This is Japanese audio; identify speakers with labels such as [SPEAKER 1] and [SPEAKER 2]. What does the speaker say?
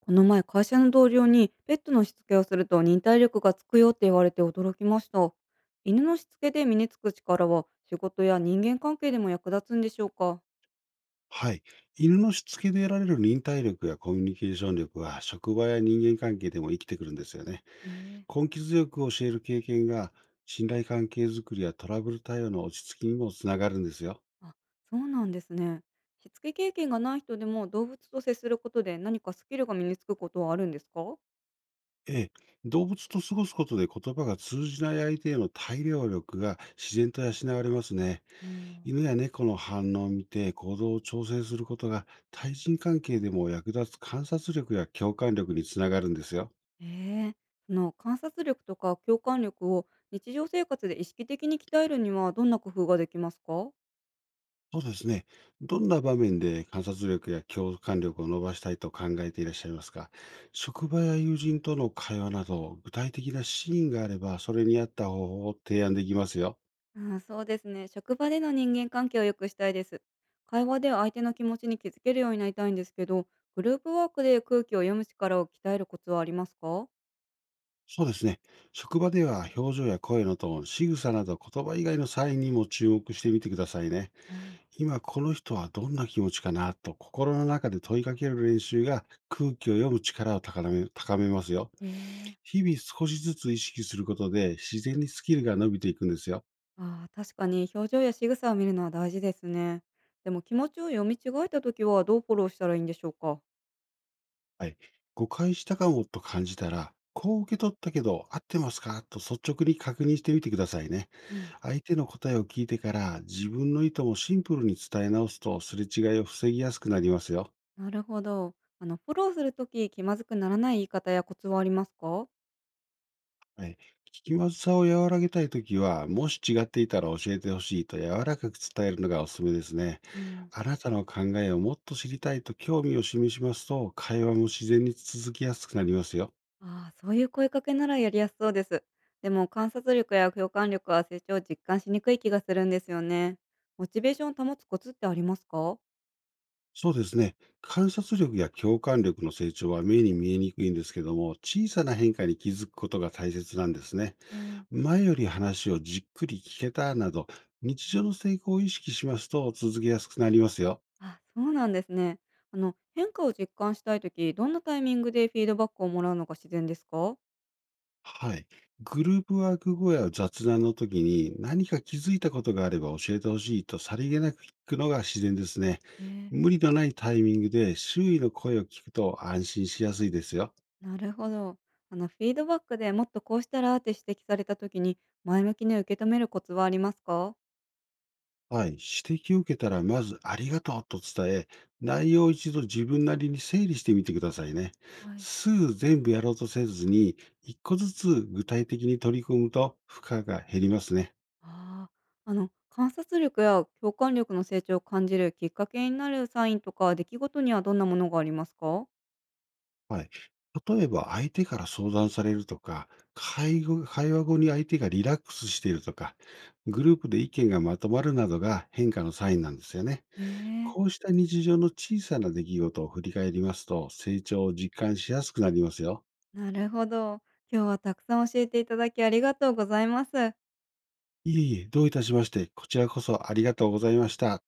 [SPEAKER 1] この前、会社の同僚にペットのしつけをすると忍耐力がつくよって言われて驚きました。犬のしつけで身につく力は仕事や人間関係でも役立つんでしょうか？
[SPEAKER 2] はい。犬のしつけで得られる忍耐力やコミュニケーション力は、職場や人間関係でも生きてくるんですよね。
[SPEAKER 1] ええ。
[SPEAKER 2] 根気強く教える経験が、信頼関係づくりやトラブル対応の落ち着きにもつながるんですよ。
[SPEAKER 1] あ、そうなんですね。しつけ経験がない人でも動物と接することで何かスキルが身につくことはあるんですか？
[SPEAKER 2] ええ、動物と過ごすことで言葉が通じない相手への対応力が自然と養われますね。
[SPEAKER 1] うん、
[SPEAKER 2] 犬や猫の反応を見て行動を調整することが対人関係でも役立つ観察力や共感力につながるんですよ。
[SPEAKER 1] ええ。その観察力とか共感力を日常生活で意識的に鍛えるにはどんな工夫ができますか？
[SPEAKER 2] そうですね。どんな場面で観察力や共感力を伸ばしたいと考えていらっしゃいますか？職場や友人との会話など、具体的なシーンがあれば、それに合った方法を提案できますよ。
[SPEAKER 1] ああ、そうですね。職場での人間関係を良くしたいです。会話で相手の気持ちに気づけるようになりたいんですけど、グループワークで空気を読む力を鍛えるコツはありますか？
[SPEAKER 2] そうですね。職場では表情や声のトーン、仕草など言葉以外のサインにも注目してみてくださいね。
[SPEAKER 1] はい。
[SPEAKER 2] 今この人はどんな気持ちかなと心の中で問いかける練習が空気を読む力を高めますよ。
[SPEAKER 1] ええ。
[SPEAKER 2] 日々少しずつ意識することで自然にスキルが伸びていくんですよ。
[SPEAKER 1] ああ、確かに表情や仕草を見るのは大事ですね。でも気持ちを読み違えた時はどうフォローしたらいいんでしょうか？
[SPEAKER 2] はい。誤解したかもと感じたら、こう受け取ったけど合ってますかと率直に確認してみてくださいね。
[SPEAKER 1] うん。
[SPEAKER 2] 相手の答えを聞いてから自分の意図もシンプルに伝え直すと、すれ違いを防ぎやすくなりますよ。
[SPEAKER 1] なるほど。あの、フォローするとき気まずくならない言い方やコツはありますか？
[SPEAKER 2] はい。聞きまずさを和らげたいときは、もし違っていたら教えてほしいと柔らかく伝えるのがおすすめですね。あなたの考えをもっと知りたいと興味を示しますと、会話も自然に続きやすくなりますよ。
[SPEAKER 1] ああ、そういう声かけならやりやすそうです。でも観察力や共感力は成長を実感しにくい気がするんですよね。モチベーションを保つコツってありますか？
[SPEAKER 2] そうですね。観察力や共感力の成長は目に見えにくいんですけども、小さな変化に気づくことが大切なんですね。
[SPEAKER 1] うん、
[SPEAKER 2] 前より話をじっくり聞けたなど、日常の成功を意識しますと続けやすくなりますよ。
[SPEAKER 1] あ、そうなんですね。あの、変化を実感したいとき、どんなタイミングでフィードバックをもらうのが自然ですか？
[SPEAKER 2] はい。グループワーク後や雑談の時に何か気づいたことがあれば教えてほしいと、さりげなく聞くのが自然ですね。
[SPEAKER 1] えー
[SPEAKER 2] 無理のないタイミングで周囲の声を聞くと安心しやすいですよ。
[SPEAKER 1] なるほど。あの、フィードバックでもっとこうしたらって指摘されたときに、前向きに受け止めるコツはありますか？
[SPEAKER 2] はい。指摘を受けたらまずありがとうと伝え、内容を一度自分なりに整理してみてくださいね。
[SPEAKER 1] はい。
[SPEAKER 2] すぐ全部やろうとせずに、一個ずつ具体的に取り組むと負荷が減りますね。
[SPEAKER 1] ああ、あの観察力や共感力の成長を感じるきっかけになるサインとか出来事にはどんなものがありますか？
[SPEAKER 2] はい。例えば相手から相談されるとか、会後会話後に相手がリラックスしているとか、グループで意見がまとまるなどが変化のサインなんですよね。
[SPEAKER 1] ええ。
[SPEAKER 2] こうした日常の小さな出来事を振り返りますと、成長を実感しやすくなりますよ。
[SPEAKER 1] なるほど。今日はたくさん教えていただきありがとうございます。
[SPEAKER 2] いえいえ、どういたしまして、こちらこそありがとうございました。